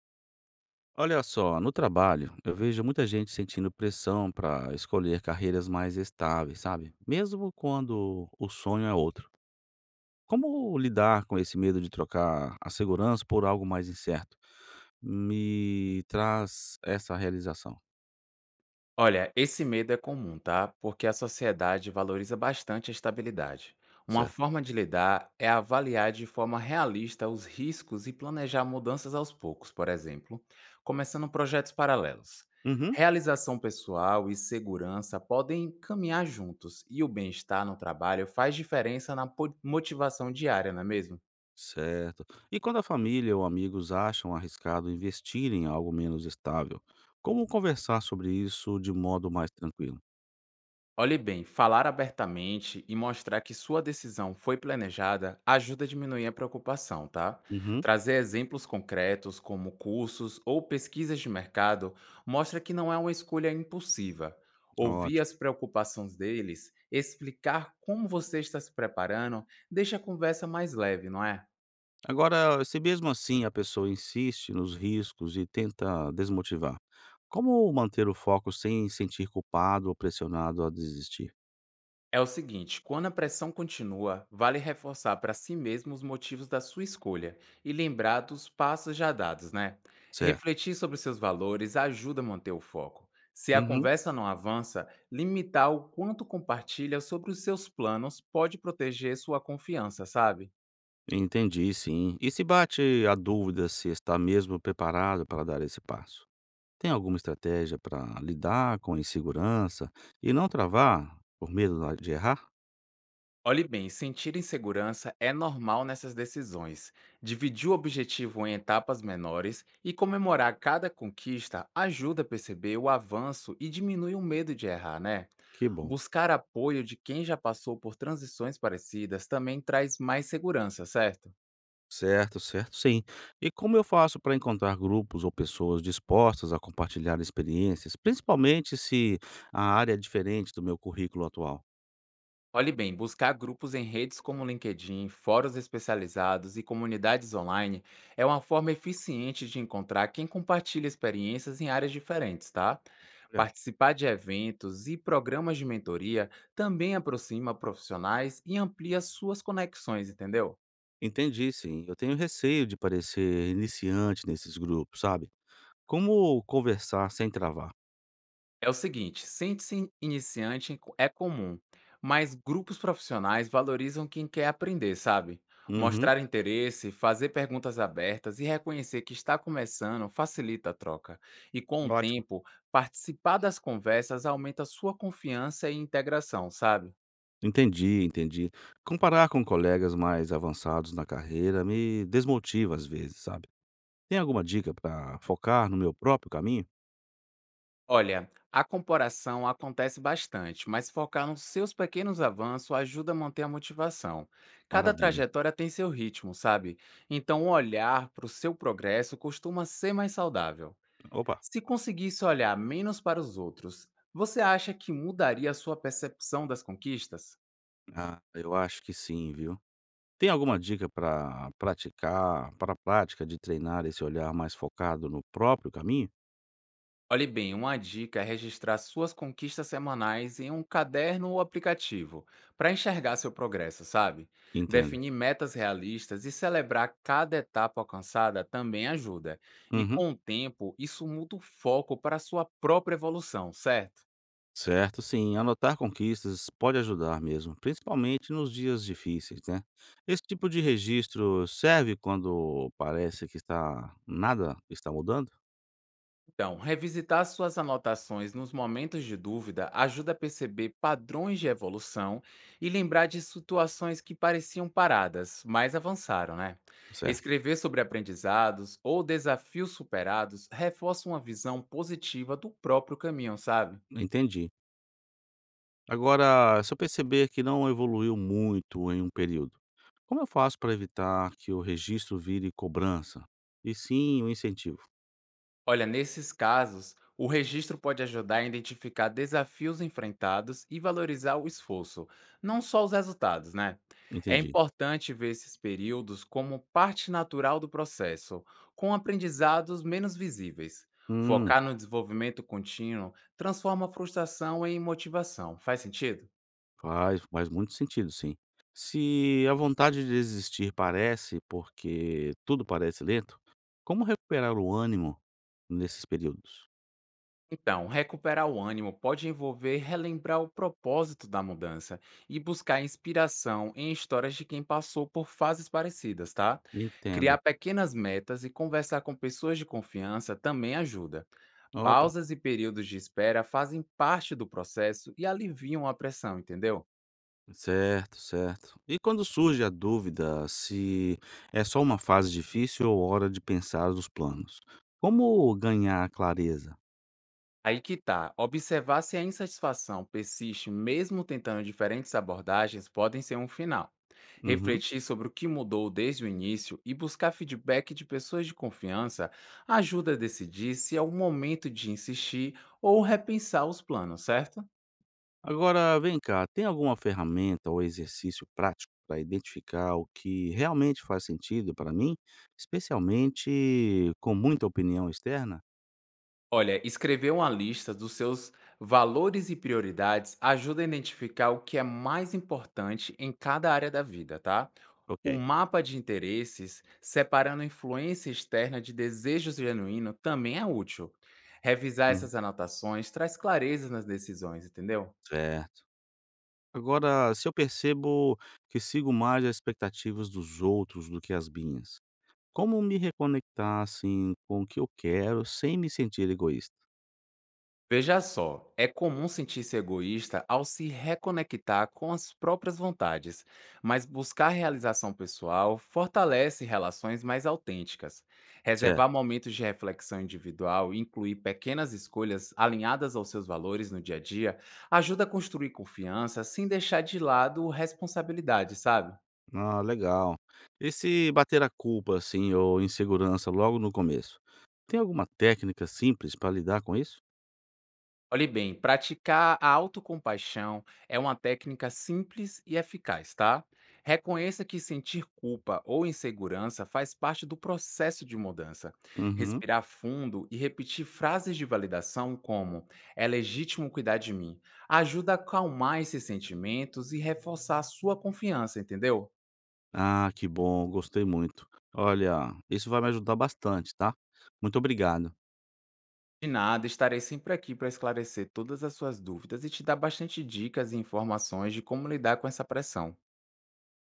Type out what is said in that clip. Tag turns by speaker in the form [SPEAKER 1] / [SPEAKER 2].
[SPEAKER 1] Olha só, no trabalho, eu vejo muita gente sentindo pressão para escolher carreiras mais estáveis, sabe? Mesmo quando o sonho é outro. Como lidar com esse medo de trocar a segurança por algo mais incerto? Me traz essa realização,
[SPEAKER 2] Olha, esse medo é comum, tá? Porque a sociedade valoriza bastante a estabilidade. Uma
[SPEAKER 1] certo?
[SPEAKER 2] forma de lidar é avaliar de forma realista os riscos e planejar mudanças aos poucos, por exemplo, começando projetos paralelos.
[SPEAKER 1] Uhum,
[SPEAKER 2] Realização pessoal e segurança podem caminhar juntos, e o bem-estar no trabalho faz diferença na motivação diária, não é mesmo?
[SPEAKER 1] certo. E quando a família ou amigos acham arriscado investir em algo menos estável, como conversar sobre isso de modo mais tranquilo?
[SPEAKER 2] Olhe bem, falar abertamente e mostrar que sua decisão foi planejada ajuda a diminuir a preocupação, tá?
[SPEAKER 1] Uhum,
[SPEAKER 2] Trazer exemplos concretos, como cursos ou pesquisas de mercado, mostra que não é uma escolha impulsiva. Ouvir
[SPEAKER 1] ótimo.
[SPEAKER 2] as preocupações deles, explicar como você está se preparando, deixa a conversa mais leve, não é?
[SPEAKER 1] Agora, se mesmo assim a pessoa insiste nos riscos e tenta desmotivar, como manter o foco sem sentir culpado ou pressionado a desistir?
[SPEAKER 2] É o seguinte, quando a pressão continua, vale reforçar para si mesmo os motivos da sua escolha e lembrar dos passos já dados, né?
[SPEAKER 1] Certo.
[SPEAKER 2] Refletir sobre seus valores ajuda a manter o foco. Se a
[SPEAKER 1] Uhum.
[SPEAKER 2] conversa não avança, limitar o quanto compartilha sobre os seus planos pode proteger sua confiança, sabe?
[SPEAKER 1] Entendi, sim. E se bate a dúvida se está mesmo preparado para dar esse passo? Tem alguma estratégia para lidar com a insegurança e não travar por medo de errar?
[SPEAKER 2] Olhe bem, sentir insegurança é normal nessas decisões. Dividir o objetivo em etapas menores e comemorar cada conquista ajuda a perceber o avanço e diminui o medo de errar, né?
[SPEAKER 1] Que bom.
[SPEAKER 2] Buscar apoio de quem já passou por transições parecidas também traz mais segurança, certo?
[SPEAKER 1] Certo, certo, sim. E como eu faço para encontrar grupos ou pessoas dispostas a compartilhar experiências, principalmente se a área é diferente do meu currículo atual?
[SPEAKER 2] Olhe bem, buscar grupos em redes como LinkedIn, fóruns especializados e comunidades online é uma forma eficiente de encontrar quem compartilha experiências em áreas diferentes, tá?
[SPEAKER 1] Olha,
[SPEAKER 2] Participar de eventos e programas de mentoria também aproxima profissionais e amplia suas conexões, entendeu?
[SPEAKER 1] entendi, sim. Eu tenho receio de parecer iniciante nesses grupos, sabe? Como conversar sem travar?
[SPEAKER 2] É o seguinte, sente-se iniciante é comum, mas grupos profissionais valorizam quem quer aprender, sabe?
[SPEAKER 1] Uhum.
[SPEAKER 2] Mostrar interesse, fazer perguntas abertas e reconhecer que está começando facilita a troca. E com o
[SPEAKER 1] Ótimo.
[SPEAKER 2] tempo, participar das conversas aumenta sua confiança e integração, sabe?
[SPEAKER 1] Entendi, entendi. Comparar com colegas mais avançados na carreira me desmotiva às vezes, sabe? Tem alguma dica para focar no meu próprio caminho?
[SPEAKER 2] Olha, a comparação acontece bastante, mas focar nos seus pequenos avanços ajuda a manter a motivação. Cada
[SPEAKER 1] Maravilha.
[SPEAKER 2] trajetória tem seu ritmo, sabe? Então, olhar para o seu progresso costuma ser mais saudável.
[SPEAKER 1] Opa!
[SPEAKER 2] Se conseguisse olhar menos para os outros, você acha que mudaria a sua percepção das conquistas?
[SPEAKER 1] Ah, eu acho que sim, viu. Tem alguma dica para praticar para a prática de treinar esse olhar mais focado no próprio caminho?
[SPEAKER 2] Olhe bem, uma dica é registrar suas conquistas semanais em um caderno ou aplicativo, para enxergar seu progresso, sabe?
[SPEAKER 1] Entenda.
[SPEAKER 2] Definir metas realistas e celebrar cada etapa alcançada também ajuda. E
[SPEAKER 1] Uhum.
[SPEAKER 2] com o tempo, isso muda o foco para a sua própria evolução, certo?
[SPEAKER 1] Certo, sim. Anotar conquistas pode ajudar mesmo, principalmente nos dias difíceis, né? Esse tipo de registro serve quando parece que está nada está mudando?
[SPEAKER 2] Então, revisitar suas anotações nos momentos de dúvida ajuda a perceber padrões de evolução e lembrar de situações que pareciam paradas, mas avançaram, né?
[SPEAKER 1] Certo.
[SPEAKER 2] Escrever sobre aprendizados ou desafios superados reforça uma visão positiva do próprio caminho, sabe?
[SPEAKER 1] Entendi. Agora, se eu perceber que não evoluiu muito em um período, como eu faço para evitar que o registro vire cobrança? E sim, um incentivo.
[SPEAKER 2] Olha, nesses casos, o registro pode ajudar a identificar desafios enfrentados e valorizar o esforço, não só os resultados, né? É
[SPEAKER 1] Entendi.
[SPEAKER 2] importante ver esses períodos como parte natural do processo, com aprendizados menos visíveis.
[SPEAKER 1] Hum,
[SPEAKER 2] Focar no desenvolvimento contínuo transforma a frustração em motivação. Faz sentido?
[SPEAKER 1] faz, faz muito sentido, sim. Se a vontade de desistir parece porque tudo parece lento, como recuperar o ânimo nesses períodos?
[SPEAKER 2] Então, recuperar o ânimo pode envolver relembrar o propósito da mudança e buscar inspiração em histórias de quem passou por fases parecidas, tá? Criar
[SPEAKER 1] Entendo.
[SPEAKER 2] pequenas metas e conversar com pessoas de confiança também ajuda.
[SPEAKER 1] Opa.
[SPEAKER 2] Pausas e períodos de espera fazem parte do processo e aliviam a pressão, entendeu?
[SPEAKER 1] Certo, certo. E quando surge a dúvida se é só uma fase difícil ou hora de pensar os planos? Como ganhar clareza?
[SPEAKER 2] Aí que tá. Observar se a insatisfação persiste mesmo tentando diferentes abordagens podem ser um final.
[SPEAKER 1] Uhum.
[SPEAKER 2] Refletir sobre o que mudou desde o início e buscar feedback de pessoas de confiança ajuda a decidir se é o momento de insistir ou repensar os planos, certo?
[SPEAKER 1] Agora, vem cá, tem alguma ferramenta ou exercício prático para identificar o que realmente faz sentido para mim, especialmente com muita opinião externa?
[SPEAKER 2] Olha, escrever uma lista dos seus valores e prioridades ajuda a identificar o que é mais importante em cada área da vida, tá? O
[SPEAKER 1] Ok.
[SPEAKER 2] mapa de interesses, separando influência externa de desejos genuíno, também é útil. Revisar
[SPEAKER 1] Uhum.
[SPEAKER 2] essas anotações traz clareza nas decisões, entendeu?
[SPEAKER 1] Certo. Agora, se eu percebo que sigo mais as expectativas dos outros do que as minhas, como me reconectar, assim, com o que eu quero sem me sentir egoísta?
[SPEAKER 2] Veja só, é comum sentir-se egoísta ao se reconectar com as próprias vontades, mas buscar realização pessoal fortalece relações mais autênticas. Reservar
[SPEAKER 1] Certo.
[SPEAKER 2] momentos de reflexão individual e incluir pequenas escolhas alinhadas aos seus valores no dia a dia ajuda a construir confiança sem deixar de lado responsabilidade, sabe?
[SPEAKER 1] Ah, legal. E se bater a culpa, assim, ou insegurança logo no começo? Tem alguma técnica simples para lidar com isso?
[SPEAKER 2] Olhe bem, praticar a autocompaixão é uma técnica simples e eficaz, tá? Reconheça que sentir culpa ou insegurança faz parte do processo de mudança.
[SPEAKER 1] Uhum.
[SPEAKER 2] Respirar fundo e repetir frases de validação como "é legítimo cuidar de mim" ajuda a acalmar esses sentimentos e reforçar a sua confiança, entendeu?
[SPEAKER 1] Ah, que bom, gostei muito. Olha, isso vai me ajudar bastante, tá? Muito obrigado.
[SPEAKER 2] De nada, estarei sempre aqui para esclarecer todas as suas dúvidas e te dar bastante dicas e informações de como lidar com essa pressão.